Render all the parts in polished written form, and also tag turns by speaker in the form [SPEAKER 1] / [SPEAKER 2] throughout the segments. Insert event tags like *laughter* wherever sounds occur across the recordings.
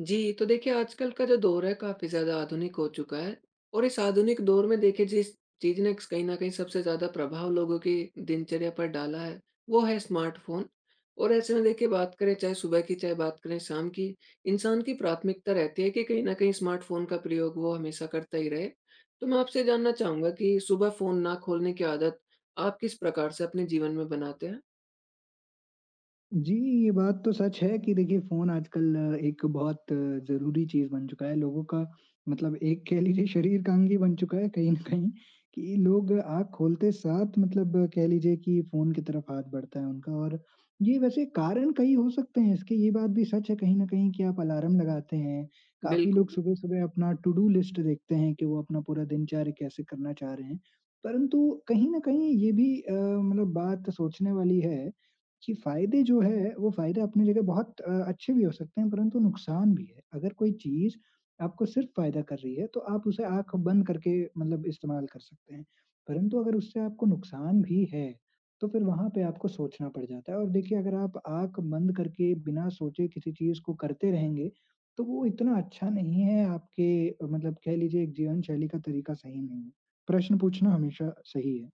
[SPEAKER 1] जी, तो देखिए आजकल का जो दौर है काफ़ी ज़्यादा आधुनिक हो चुका है और इस आधुनिक दौर में देखिए जिस चीज़ ने कहीं न कहीं सबसे ज़्यादा प्रभाव लोगों की दिनचर्या पर डाला है, वो है स्मार्टफ़ोन। और ऐसे में देखिए बात करें चाहे सुबह की, चाहे बात करें शाम की, इंसान की प्राथमिकता रहती है कि कहीं न कहीं स्मार्टफ़ोन का प्रयोग वो हमेशा करता ही रहे। तो मैं आपसे जानना चाहूँगा कि सुबह फ़ोन ना खोलने की आदत आप किस प्रकार से अपने जीवन में बनाते हैं?
[SPEAKER 2] जी, ये बात तो सच है कि देखिए फ़ोन आजकल एक बहुत ज़रूरी चीज़ बन चुका है। लोगों का मतलब एक कह लीजिए शरीर का अंग ही बन चुका है कहीं न कहीं कि लोग आँख खोलते साथ मतलब कह लीजिए कि फ़ोन की तरफ हाथ बढ़ता है उनका और ये वैसे कारण कई हो सकते हैं इसके, ये बात भी सच है कहीं न कहीं कि आप अलार्म लगाते हैं। काफ़ी लोग
[SPEAKER 1] बिल्कुल।
[SPEAKER 2] सुबह-सुबह अपना टू डू लिस्ट देखते हैं कि वो अपना पूरा दिनचर्या कैसे करना चाह रहे हैं। परंतु कहीं न कहीं ये भी मतलब बात सोचने वाली है। जी, फ़ायदे जो है, वो फ़ायदे अपनी जगह बहुत अच्छे भी हो सकते हैं, परंतु नुकसान भी है। अगर कोई चीज़ आपको सिर्फ़ फ़ायदा कर रही है, तो आप उसे आँख बंद करके मतलब इस्तेमाल कर सकते हैं। परंतु अगर उससे आपको नुकसान भी है, तो फिर वहाँ पे आपको सोचना पड़ जाता है और देखिए अगर आप आँख बंद करके बिना सोचे किसी चीज़ को करते रहेंगे, तो वो इतना अच्छा नहीं है आपके मतलब कह लीजिए एक जीवन शैली का तरीका सही नहीं है। प्रश्न पूछना हमेशा सही है।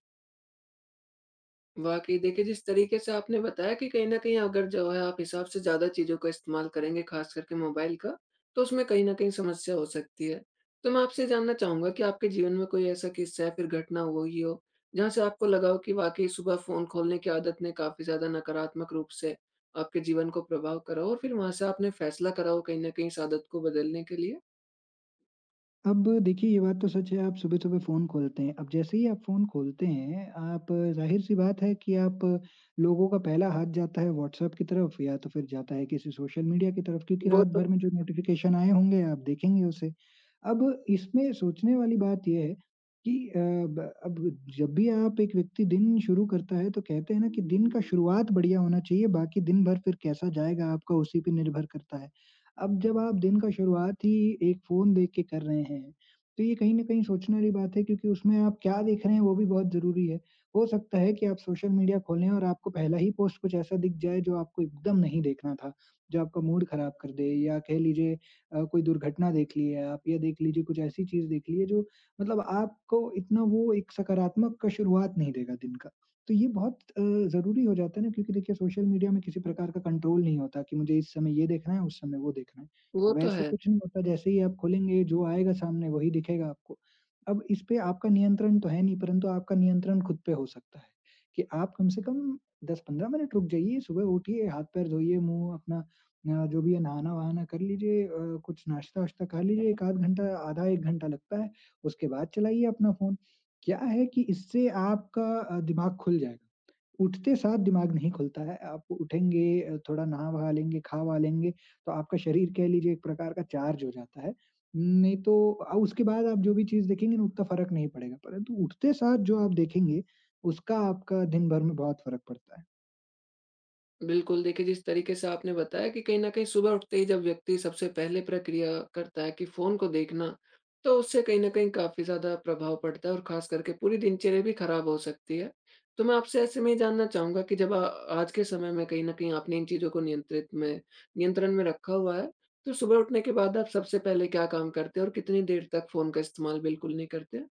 [SPEAKER 1] वाक़ई देखिए, जिस तरीके से आपने बताया कि कहीं न कहीं अगर जो है आप हिसाब से ज़्यादा चीज़ों का इस्तेमाल करेंगे, ख़ास करके मोबाइल का, तो उसमें कहीं न कहीं समस्या हो सकती है। तो मैं आपसे जानना चाहूँगा कि आपके जीवन में कोई ऐसा किस्सा या फिर घटना हुई हो, जहाँ से आपको लगा हो कि वाक़ई सुबह फ़ोन खोलने की आदत ने काफ़ी ज़्यादा नकारात्मक रूप से आपके जीवन को प्रभाव करा हो और फिर वहाँ से आपने फ़ैसला करा हो कहीं न कहीं इस आदत को बदलने के लिए?
[SPEAKER 2] अब देखिए, ये बात तो सच है, आप सुबह-सुबह फ़ोन खोलते हैं। अब जैसे ही आप फ़ोन खोलते हैं, आप ज़ाहिर-सी बात है कि आप लोगों का पहला हाथ जाता है व्हाट्सएप की तरफ या तो फिर जाता है किसी सोशल मीडिया की तरफ क्योंकि
[SPEAKER 1] वो
[SPEAKER 2] रात
[SPEAKER 1] तो
[SPEAKER 2] भर में जो नोटिफ़िकेशन आए होंगे, आप देखेंगे उसे। अब इसमें सोचने वाली बात ये है कि अ, ब अब जब भी आप एक व्यक्ति दिन शुरू करता है, तो कहते हैं ना कि दिन का शुरुआत बढ़िया होना चाहिए, बाकी दिन भर फिर कैसा जाएगा आपका उसी पे निर्भर करता है। अब जब आप दिन का शुरुआत ही एक फ़ोन देख के कर रहे हैं, तो ये कहीं न कहीं सोचने वाली बात है क्योंकि उसमें आप क्या देख रहे हैं वो भी बहुत ज़रूरी है। हो सकता है कि आप सोशल मीडिया खोलें और आपको पहला ही पोस्ट कुछ ऐसा दिख जाए जो आपको एकदम नहीं देखना था, जो आपका मूड ख़राब कर दे या कह लीजिए कोई दुर्घटना देख ली है आप या देख लीजिए कुछ ऐसी चीज़ देख ली है जो मतलब आपको इतना वो एक सकारात्मक का शुरुआत नहीं देगा दिन का। तो ये बहुत ज़रूरी हो जाता है ना क्योंकि देखिए सोशल मीडिया में किसी प्रकार का कंट्रोल नहीं होता कि मुझे इस समय ये देखना है, उस समय वो देखना है।
[SPEAKER 1] वो तो
[SPEAKER 2] वैसे
[SPEAKER 1] है।
[SPEAKER 2] कुछ नहीं होता, जैसे ही आप खोलेंगे जो आएगा सामने वही दिखेगा आपको। अब इस पे आपका नियंत्रण तो है नहीं परंतु आपका नियंत्रण खुद पे हो सकता है, कि आप कम से कम 10-15 मिनट रुक जाइए, सुबह उठिए, हाथ-पैर धोइए, मुँह अपना जो भी है नहाना-वहाना कर लीजिए, कुछ नाश्ता-वाश्ता खा लीजिए, 1 आध घंटा, आधा 1 घंटा लगता है, उसके बाद चलाइए अपना फ़ोन। क्या है कि इससे आपका दिमाग खुल जाएगा। उठते साथ दिमाग नहीं खुलता है, आप उठेंगे, थोड़ा नहा-वहा लेंगे, खा-वा लेंगे, तो आपका शरीर कह लीजिए एक प्रकार का चार्ज हो जाता है। नहीं तो उसके बाद आप जो भी चीज़ देखेंगे ना उतना फ़र्क नहीं पड़ेगा, परंतु उठते साथ जो आप देखेंगे, उसका आपका दिन भर में बहुत फ़र्क पड़ता है।
[SPEAKER 1] बिल्कुल, देखिए जिस तरीके से आपने बताया कि कहीं न कहीं सुबह उठते ही जब व्यक्ति सबसे पहले प्रक्रिया करता है कि फ़ोन को देखना, तो उससे कहीं न कहीं काफ़ी ज़्यादा प्रभाव पड़ता है और ख़ास करके पूरी दिनचर्या भी ख़राब हो सकती है। तो मैं आपसे ऐसे में ये जानना चाहूँगा कि जब आज के समय में कहीं न कहीं आपने इन चीज़ों को नियंत्रित में नियंत्रण में रखा हुआ है, तो सुबह उठने के बाद आप सबसे पहले क्या काम करते हैं और कितनी देर तक फ़ोन का इस्तेमाल बिल्कुल नहीं करते?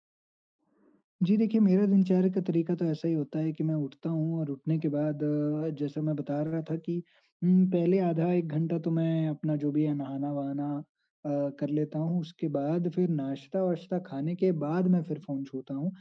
[SPEAKER 2] जी देखिए, मेरा दिनचर्या का तरीका तो ऐसा ही होता है कि मैं उठता हूँ और उठने के बाद, जैसा मैं बता रहा था कि पहले आधा 1 घंटा तो मैं अपना जो भी है नहाना-वहाना कर लेता हूँ। उसके बाद फिर नाश्ता-वाश्ता खाने के बाद मैं फिर फ़ोन छूता हूँ।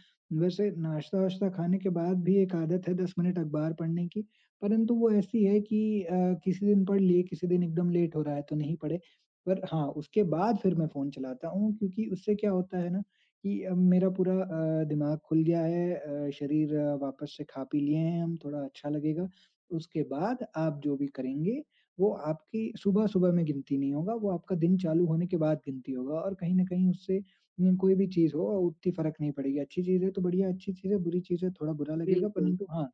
[SPEAKER 2] वैसे नाश्ता-वाश्ता खाने के बाद भी एक आदत है 10 मिनट अखबार पढ़ने की, परंतु वो ऐसी है कि किसी दिन पढ़ लिए, किसी दिन एकदम लेट हो रहा है तो नहीं पढ़े। पर हाँ, उसके बाद फिर मैं फ़ोन चलाता हूँ क्योंकि उससे क्या होता है ना कि अब मेरा पूरा दिमाग खुल गया है, शरीर वापस से खा पी लिए हैं हम, थोड़ा अच्छा लगेगा। उसके बाद आप जो भी करेंगे, वो आपकी सुबह-सुबह में गिनती नहीं होगा, वो आपका दिन चालू होने के बाद गिनती होगा और कहीं न कहीं उससे कोई भी चीज़ हो उतनी फ़र्क नहीं पड़ेगी। अच्छी चीज़ है तो बढ़िया अच्छी चीज़ है, बुरी चीज़ है थोड़ा बुरा लगेगा,
[SPEAKER 1] बिल्कुल।
[SPEAKER 2] परंतु हाँ,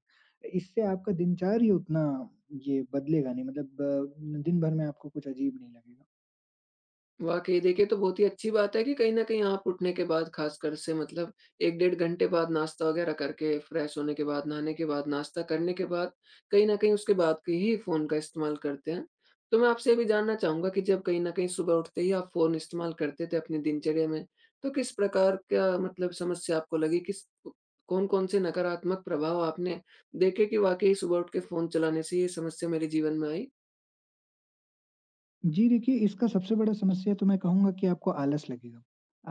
[SPEAKER 2] इससे आपका दिनचर्या ही उतना ये बदलेगा नहीं मतलब दिन भर में आपको कुछ अजीब नहीं लगेगा।
[SPEAKER 1] वाक़ई देखिए, तो बहुत ही अच्छी बात है कि कहीं न कहीं आप उठने के बाद ख़ासकर से मतलब 1 डेढ़ घंटे बाद नाश्ता वग़ैरह करके, फ्रेश होने के बाद, नहाने के बाद, नाश्ता करने के बाद, कहीं न कहीं उसके बाद के ही फ़ोन का इस्तेमाल करते हैं। तो मैं आपसे ये भी जानना चाहूँगा कि जब कहीं न कहीं सुबह उठते ही आप फ़ोन इस्तेमाल करते थे अपनी दिनचर्या में, तो किस प्रकार का मतलब समस्या आपको लगी? किस कौन-कौन से नकारात्मक प्रभाव आपने देखे कि वाक़ई सुबह उठ के फ़ोन चलाने से ये समस्या मेरे जीवन में आई?
[SPEAKER 2] जी, देखिए इसका सबसे बड़ा समस्या तो मैं कहूँगा कि आपको आलस लगेगा।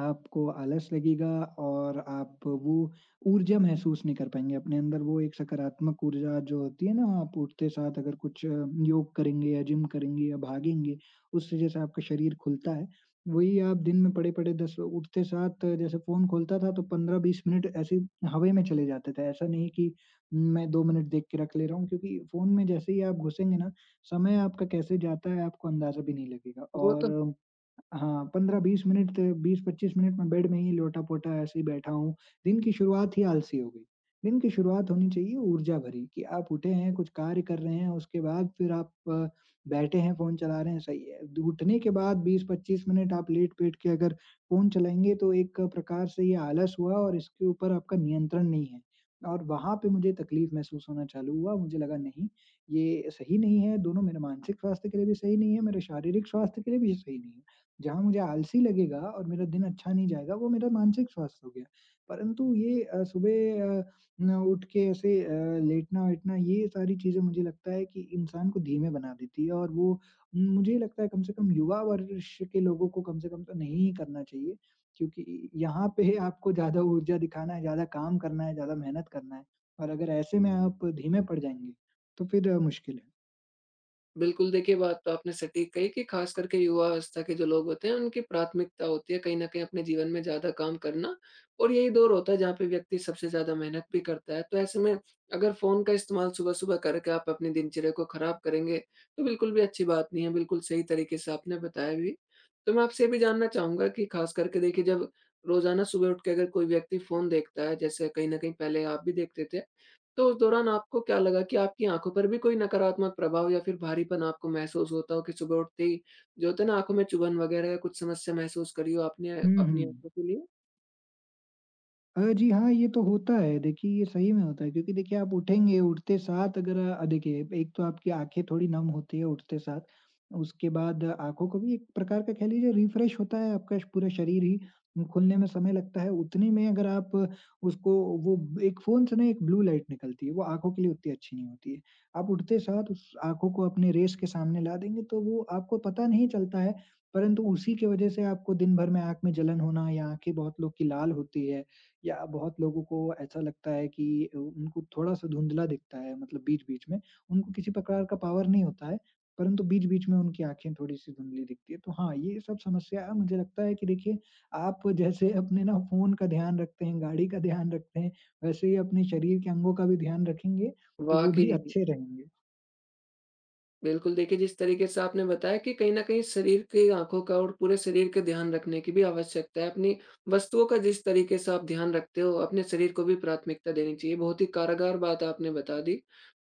[SPEAKER 2] आपको आलस लगेगा और आप वो ऊर्जा महसूस नहीं कर पाएँगे अपने अंदर, वो एक सकारात्मक ऊर्जा जो होती है ना, आप उठते साथ अगर कुछ योग करेंगे या जिम करेंगे या भागेंगे, उससे जैसे आपका शरीर खुलता है, वही आप दिन में पड़े-पड़े 10 उठते साथ, जैसे फ़ोन खोलता था तो 15-20 मिनट ऐसे ही हवा में चले जाते थे। ऐसा नहीं कि मैं 2 मिनट देख के रख ले रहा हूँ क्योंकि फ़ोन में जैसे ही आप घुसेंगे ना, समय आपका कैसे जाता है आपको अंदाज़ा भी नहीं लगेगा।
[SPEAKER 1] वो तो
[SPEAKER 2] और
[SPEAKER 1] है।
[SPEAKER 2] हाँ, 15-20 मिनट 20-25 मिनट मैं बेड में ही लोटा-पोटा ऐसे ही बैठा हूँ। दिन की शुरुआत ही आलसी हो गई। दिन की शुरुआत होनी चाहिए ऊर्जा भरी कि आप उठे हैं, कुछ कार्य कर रहे हैं, उसके बाद फिर आप बैठे हैं, फ़ोन चला रहे हैं, सही है। द उठने के बाद 20-25 मिनट आप लेट-पेट के अगर फ़ोन चलाएँगे तो एक प्रकार से ये आलस हुआ और इसके ऊपर आपका नियंत्रण नहीं है। और वहाँ पे मुझे तकलीफ़ महसूस होना चालू हुआ, मुझे लगा नहीं, ये सही नहीं है, दोनों मेरे मानसिक स्वास्थ्य के लिए भी सही नहीं है, मेरे शारीरिक स्वास्थ्य के लिए भी सही नहीं है। जहाँ मुझे आलसी लगेगा और मेरा दिन अच्छा नहीं जाएगा, वो मेरा मानसिक स्वास्थ्य हो गया। परंतु ये सुबह न उठ के ऐसे लेटना-वेटना, ये सारी चीज़ें मुझे लगता है कि इंसान को धीमे बना देती है और वो न, मुझे लगता है कम से कम युवा वर्ष के लोगों को कम से कम तो नहीं ही करना चाहिए, क्योंकि यहाँ पे आपको ज़्यादा ऊर्जा दिखाना है, ज़्यादा काम करना है, ज़्यादा मेहनत करना है और अगर ऐसे में आप धीमे पड़ जाएँगे, तो फिर मुश्किल है।
[SPEAKER 1] बिल्कुल, देखिए बात तो आपने सटीक कही कि ख़ास करके युवा अवस्था के जो लोग होते हैं उनकी प्राथमिकता होती है कहीं न कहीं अपने जीवन में ज़्यादा काम करना और यही दौर होता है जहाँ पे व्यक्ति सबसे ज़्यादा मेहनत भी करता है। तो ऐसे में अगर फ़ोन का इस्तेमाल सुबह-सुबह करके आप अपनी दिनचर्या को ख़राब करेंगे तो बिल्कुल भी अच्छी बात नहीं है, बिल्कुल सही तरीके से आपने बताया भी। तो मैं आपसे ये भी जानना चाहूँगा कि ख़ास करके देखिए जब रोज़ाना सुबह उठ के अगर कोई व्यक्ति फ़ोन देखता है, जैसे कहीं न कहीं पहले आप भी देखते थे। तो उस दौरान आपको क्या लगा कि आपकी आँखों पर भी कोई नकारात्मक प्रभाव या फिर भारीपन आपको महसूस होता हो कि सुबह उठते ही जो होता है ना आँखों में चुभन वग़ैरह या कुछ समस्या महसूस करी हो आपने
[SPEAKER 2] हुँ, हुँ।
[SPEAKER 1] अपनी आँखों के लिए?
[SPEAKER 2] जी हाँ, ये तो होता है। देखिए, ये सही में होता है क्योंकि देखिए आप उठेंगे, उठते साथ अगर, देखिए एक तो आपकी आँखें थोड़ी नम होती है उठते साथ, उसके बाद आँखों को भी एक प्रकार का कह लीजिए रिफ्रेश होता है, आपका श पूरा शरीर ही खुलने में समय लगता है। उतने में अगर आप उसको वो एक फ़ोन से ना एक ब्लू लाइट निकलती है, वो आँखों के लिए उतनी अच्छी नहीं होती है। आप उठते साथ उस आँखों को अपने रेस के सामने ला देंगे तो वो आपको पता नहीं चलता है, परंतु उसी की वज़ह से आपको दिन भर में आँख में जलन होना या आँखें बहुत लोग की लाल होती है। या बहुत लोगों को ऐसा लगता है कि उ उनको थोड़ा-सा धुंधला दिखता है मतलब बीच-बीच में, उनको किसी प्रकार का पावर नहीं होता है, परंतु बीच-बीच में उनकी आँखें थोड़ी-सी धुंधली दिखती है। तो हाँ, ये सब समस्या मुझे लगता है कि देखिए, आप जैसे अपने ना फ़ोन का ध्यान रखते हैं, गाड़ी का ध्यान रखते हैं, वैसे ही अपने शरीर के अंगों का भी ध्यान रखेंगे, तो वो भी
[SPEAKER 1] वाक़ई।
[SPEAKER 2] अच्छे रहेंगे।
[SPEAKER 1] बिल्कुल, देखिए जिस तरीके से आपने बताया कि कहीं न कहीं शरीर की आँखों का और पूरे शरीर का ध्यान रखने की भी आवश्यकता है। अपनी वस्तुओं का जिस तरीके से आप ध्यान रखते हो, अपने शरीर को भी प्राथमिकता देनी चाहिए। बहुत ही कारागार बात आपने बता दी।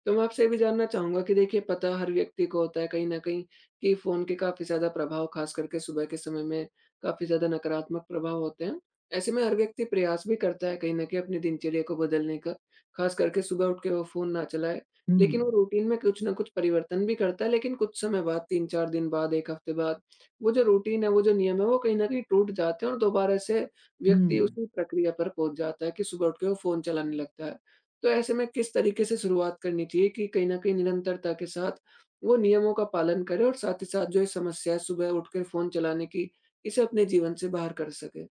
[SPEAKER 1] तो मैं आपसे ये भी जानना चाहूँगा कि देखिए पता हर व्यक्ति को होता है कहीं न कहीं कि फ़ोन के काफ़ी ज़्यादा प्रभाव ख़ास करके सुबह के समय में काफ़ी ज़्यादा नकारात्मक प्रभाव होते हैं। ऐसे में हर व्यक्ति प्रयास भी करता है कहीं न कहीं अपनी दिनचर्या को बदलने का, ख़ास करके सुबह उठ के वो फ़ोन ना चलाए। लेकिन
[SPEAKER 2] हुँ,
[SPEAKER 1] वो रूटीन में कुछ न कुछ परिवर्तन भी करता है, लेकिन कुछ समय बाद 3-4 दिन बाद, 1 हफ्ते बाद, वो जो रूटीन है, वो जो नियम है, वो कहीं न कहीं टूट जाते हैं और दोबारा से व्यक्ति
[SPEAKER 2] हुँ।
[SPEAKER 1] उसी प्रक्रिया पर पहुँच जाता है कि सुबह उठ के वो फ़ोन चलाने लगता है। तो ऐसे में किस तरीके से शुरुआत करनी चाहिए कि कहीं न कहीं निरंतरता के साथ वो नियमों का पालन करे और साथ ही साथ जो ये समस्या है सुबह उठकर फ़ोन चलाने की, इसे अपने जीवन से बाहर कर सके?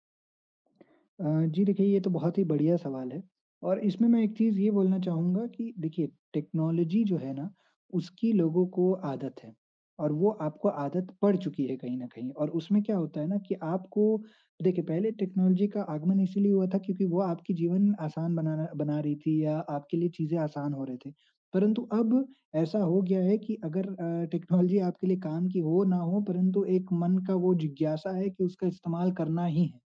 [SPEAKER 2] अ, जी देखिए, ये तो बहुत ही बढ़िया सवाल है और इसमें मैं एक चीज़ ये बोलना चाहूँगा कि देखिए टेक्नोलॉजी जो है ना, उसकी लोगों को आदत है और वो आपको आदत पड़ चुकी है कहीं न कहीं, और उसमें क्या होता है ना कि आपको देखिए पहले टेक्नोलॉजी का आगमन इसीलिए हुआ था क्योंकि वो आपकी जीवन आसान बनाना बना रही थी या आपके लिए चीज़ें आसान हो रहे थे। परंतु अब ऐसा हो गया है कि अगर टेक्नोलॉजी आपके लिए काम की हो ना हो परंतु एक मन का वो जिज्ञासा है कि उसका इस्तेमाल करना ही है।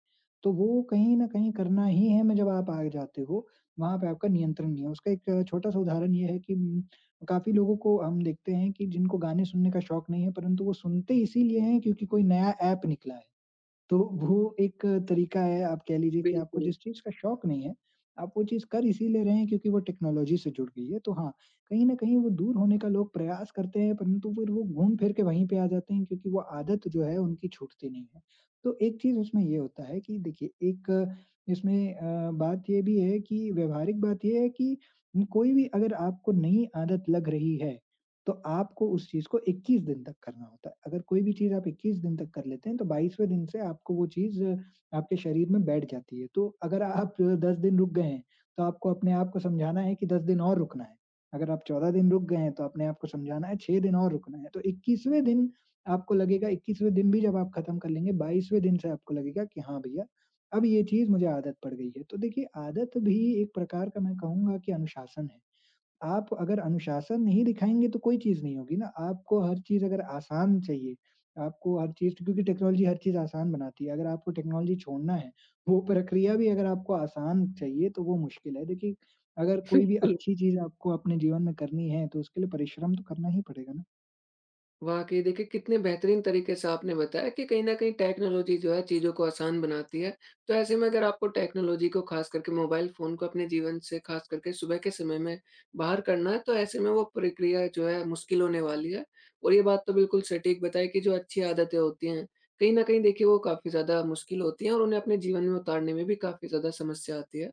[SPEAKER 2] तो वो कहीं न कहीं करना ही है में जब आप आ जाते हो, वहाँ पे आपका नियंत्रण नहीं है। उसका एक छोटा-सा उदाहरण ये है कि काफ़ी लोगों को हम देखते हैं कि जिनको गाने सुनने का शौक नहीं है, परंतु वो सुनते इसीलिए हैं क्योंकि कोई नया ऐप निकला है। तो वो एक तरीका है आप कह लीजिए कि आपको
[SPEAKER 1] बिल्कुल।
[SPEAKER 2] जिस चीज़ का शौक नहीं है, आप वो चीज़ कर इसीलिए रहे हैं क्योंकि वो टेक्नोलॉजी से जुड़ गई है। तो हाँ, कहीं न कहीं वो दूर होने का लोग प्रयास करते हैं परंतु फिर वो घूम-फिर के वहीं पे आ जाते हैं क्योंकि वो आदत जो है उनकी छूटती नहीं है। तो एक चीज़ उसमें ये होता है कि देखिए एक इसमें बात ये भी है कि व्यावहारिक बात ये है कि कोई भी अगर आपको नई आदत लग रही है तो आपको उस चीज़ को 21 दिन तक करना होता है। अगर कोई भी चीज़ आप 21 दिन तक कर लेते हैं, तो 22वें दिन से आपको वो चीज़ आपके शरीर में बैठ जाती है। तो अगर आप 10 दिन रुक गए हैं, तो आपको अपने आप को समझाना है कि 10 दिन और रुकना है। अगर आप 14 दिन रुक गए हैं, तो अपने आप को समझाना है 6 दिन और रुकना है। तो 21वें दिन आपको लगेगा 21वें दिन भी जब आप खत्म कर लेंगे, 22वें दिन से आपको लगेगा कि हाँ भैया, अब ये चीज़ मुझे आदत पड़ गई है। तो देखिए आदत भी एक प्रकार का मैं कहूँगा कि अनुशासन है। आप अगर अनुशासन नहीं दिखाएँगे तो कोई चीज़ नहीं होगी ना, आपको हर चीज़ अगर आसान चाहिए, आपको हर चीज़ क्योंकि टेक्नोलॉज़ी हर चीज़ आसान बनाती है, अगर आपको टेक्नोलॉज़ी छोड़ना है, वो प्रक्रिया भी अगर आपको आसान चाहिए तो वो मुश्किल है। देखिए, अगर
[SPEAKER 1] *laughs*
[SPEAKER 2] कोई भी
[SPEAKER 1] बिल्कुल।
[SPEAKER 2] अच्छी चीज़ आपको अपने जीवन में करनी है तो उसके लिए परिश्रम तो करना ही पड़ेगा ना।
[SPEAKER 1] वाक़ई देखिए, कितने बेहतरीन तरीके से आपने बताया कि कहीं न कहीं टेक्नोलॉज़ी जो है चीज़ों को आसान बनाती है। तो ऐसे में अगर आपको टेक्नोलॉज़ी को ख़ास करके मोबाइल फ़ोन को अपने जीवन से ख़ास करके सुबह के समय में बाहर करना है तो ऐसे में वो प्रक्रिया जो है मुश्किल होने वाली है। और ये बात तो बिल्कुल सटीक बताई कि जो अच्छी आदतें होती हैं, कहीं न कहीं देखिए वो काफ़ी ज़्यादा मुश्किल होती हैं और उन्हें अपने जीवन में उतारने में भी काफ़ी ज़्यादा समस्या आती है।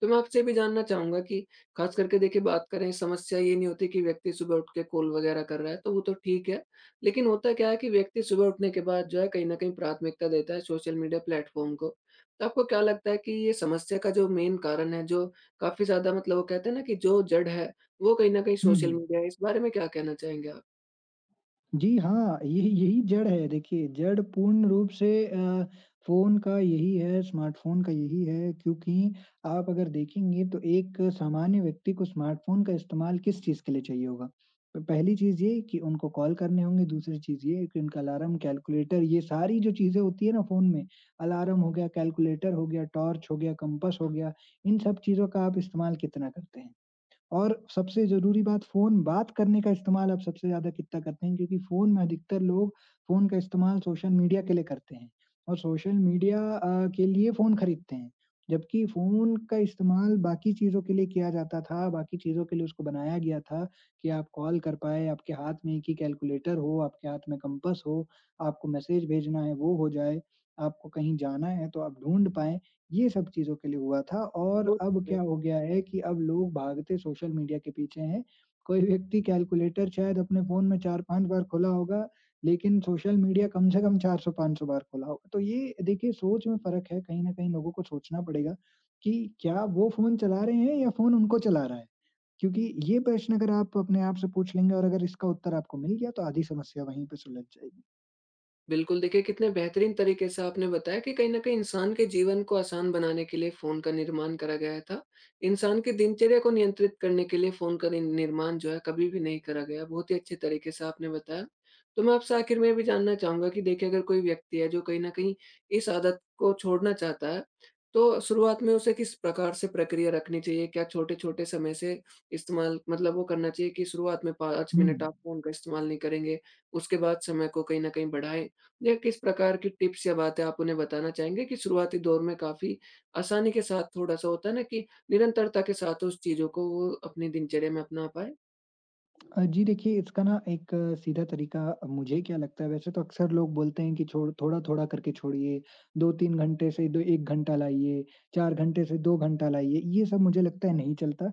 [SPEAKER 1] तो मैं आपसे ये भी जानना चाहूँगा कि ख़ास करके देखिए बात करें समस्या ये नहीं होती कि व्यक्ति सुबह उठ के कॉल वग़ैरह कर रहा है तो वो तो ठीक है। लेकिन होता क्या है कि व्यक्ति सुबह उठने के बाद जो है कहीं न कहीं प्राथमिकता देता है सोशल मीडिया प्लेटफ़ॉर्म को। तो आपको क्या लगता है कि ये समस्या का जो मेन कारण है जो काफ़ी ज़्यादा मतलब वो कहते हैं ना कि जो जड़ है, वो कहीं न कहीं
[SPEAKER 2] हुँ,
[SPEAKER 1] सोशल
[SPEAKER 2] हुँ।
[SPEAKER 1] मीडिया है। इस बारे में क्या कहना चाहेंगे आप?
[SPEAKER 2] जी हाँ, यही यही जड़ है। देखिए, जड़ पूर्ण रूप से फ़ोन का यही है, स्मार्टफ़ोन का यही है क्योंकि आप अगर देखेंगे तो एक सामान्य व्यक्ति को स्मार्टफ़ोन का इस्तेमाल किस चीज़ के लिए चाहिए होगा? तो पहली चीज़ ये कि उनको कॉल करने होंगे, दूसरी चीज़ ये कि उनका अलार्म, कैलकुलेटर ये सारी जो चीज़ें होती है ना फ़ोन में, अलार्म हो गया, कैलकुलेटर हो गया, टॉर्च हो गया, कंपास हो गया, इन सब चीज़ों का आप इस्तेमाल कितना करते हैं? और सबसे ज़रूरी बात फ़ोन बात करने का इस्तेमाल अब सबसे ज़्यादा कितना करते हैं क्योंकि फ़ोन में अधिकतर लोग फ़ोन का इस्तेमाल सोशल मीडिया के लिए करते हैं और सोशल मीडिया के लिए फ़ोन खरीदते हैं। जबकि फ़ोन का इस्तेमाल बाकी चीज़ों के लिए किया जाता था, बाकी चीज़ों के लिए उसको बनाया गया था कि आप कॉल कर पाएँ, आपके हाथ में एक ही कैलकुलेटर हो, आपके हाथ में कंपास हो, आपको मैसेज भेजना है वो हो जाए, आपको कहीं जाना है तो आप ढूँढ पाएँ। ये सब चीज़ों के लिए हुआ था और
[SPEAKER 1] वो तो
[SPEAKER 2] अब
[SPEAKER 1] है।
[SPEAKER 2] क्या हो गया है कि अब लोग भागते सोशल मीडिया के पीछे हैं। कोई व्यक्ति कैलकुलेटर शायद अपने फ़ोन में 4-5 बार खोला होगा, लेकिन सोशल मीडिया कम से कम 400-500 बार खोला होगा। तो ये देखिए सोच में फ़र्क है, कहीं न कहीं लोगों को सोचना पड़ेगा कि क्या वो फ़ोन चला रहे हैं या फ़ोन उनको चला रहा है? क्योंकि ये प्रश्न अगर आप अपने आप से पूछ लेंगे और अगर इसका उत्तर आपको मिल गया तो आधी समस्या वहीं पे सुलझ जाएगी।
[SPEAKER 1] बिल्कुल, देखिए कितने बेहतरीन तरीके से आपने बताया कि कहीं न कहीं इंसान के जीवन को आसान बनाने के लिए फ़ोन का निर्माण करा गया था। इंसान की दिनचर्या को नियंत्रित करने के लिए फ़ोन का नि निर्माण जो है कभी भी नहीं करा गया। बहुत ही अच्छे तरीके से आपने बताया। तो मैं आपसे आखिर में ये भी जानना चाहूँगा कि देखिए अगर कोई व्यक्ति है जो कहीं न कहीं इस आदत को छोड़ना चाहता है, तो शुरुआत में उसे किस प्रकार से प्रक्रिया रखनी चाहिए? क्या छोटे-छोटे समय से इस्तेमाल मतलब वो करना चाहिए कि शुरुआत में 5
[SPEAKER 2] हुँ।
[SPEAKER 1] मिनट आप फ़ोन का इस्तेमाल नहीं करेंगे, उसके बाद समय को कहीं न कहीं बढ़ाएँ? या किस प्रकार की टिप्स या बातें आप उन्हें बताना चाहेंगे कि शुरुआती दौर में काफ़ी आसानी के साथ थोड़ा-सा होता है ना कि निरंतरता के साथ उस चीज़ों को वो अपनी दिनचर्या में अपना पाएँ?
[SPEAKER 2] जी देखिए, इसका ना एक सीधा तरीका मुझे क्या लगता है वैसे तो अक्सर लोग बोलते हैं कि छोड़ थोड़ा-थोड़ा करके छोड़िए, 2-3 घंटे से दो 1 घंटा लाइए, 4 घंटे से 2 घंटा लाइए, ये सब मुझे लगता है नहीं चलता।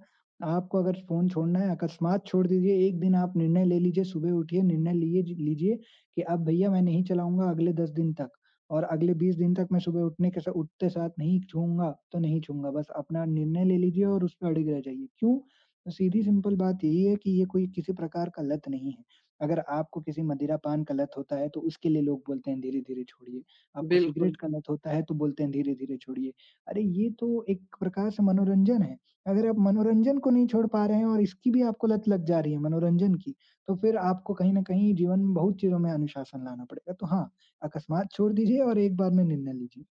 [SPEAKER 2] आपको अगर फ़ोन छोड़ना है अकस्मात छोड़ दीजिए, एक दिन आप निर्णय ले लीजिए, सुबह उठिए निर्णय लिए ज लीजिए कि अब भैया मैं नहीं चलाऊँगा अगले 10 दिन तक और अगले 20 दिन तक मैं सुबह उठने के सा उठते साथ नहीं छूऊँगा, तो नहीं छूऊँगा। बस अपना निर्णय ले लीजिए और उस पे अड़िग रह जाइए। क्यों? तो सीधी सिंपल बात यही है कि ये कोई किसी प्रकार का लत नहीं है। अगर आपको किसी मदिरापान का लत होता है, तो उसके लिए लोग बोलते हैं धीरे-धीरे छोड़िए। आपको
[SPEAKER 1] बिल्कुल।
[SPEAKER 2] सिगरेट का लत होता है, तो बोलते हैं धीरे-धीरे छोड़िए। अरे ये तो एक प्रकार से मनोरंजन है। अगर आप मनोरंजन को नहीं छोड़ पा रहे हैं और इसकी भी आपको लत लग जा रही है मनोरंजन की, तो फिर आपको कहीं न कहीं जीवन में बहुत चीज़ों में अनुशासन लाना पड़ेगा। तो हाँ, अकस्मात छोड़ दीजिए और एक बार में निर्णय लीजिए।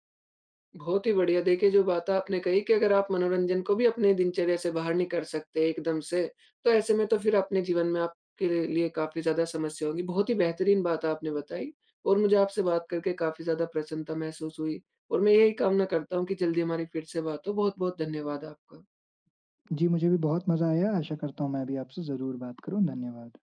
[SPEAKER 1] बहुत ही बढ़िया देखिए जो बात आपने कही कि अगर आप मनोरंजन को भी अपने दिनचर्या से बाहर नहीं कर सकते एकदम से, तो ऐसे में तो फिर अपने जीवन में आपके लिए काफ़ी ज़्यादा समस्या होगी। बहुत ही बेहतरीन बात आपने बताई और मुझे आपसे बात करके काफ़ी ज़्यादा प्रसन्नता महसूस हुई और मैं यही कामना करता हूँ कि जल्दी हमारी फिर से बात हो। बहुत-बहुत धन्यवाद आपका।
[SPEAKER 2] जी, मुझे भी बहुत मज़ा आया। आशा करता हूँ मैं भी आपसे ज़रूर बात करूँ। धन्यवाद।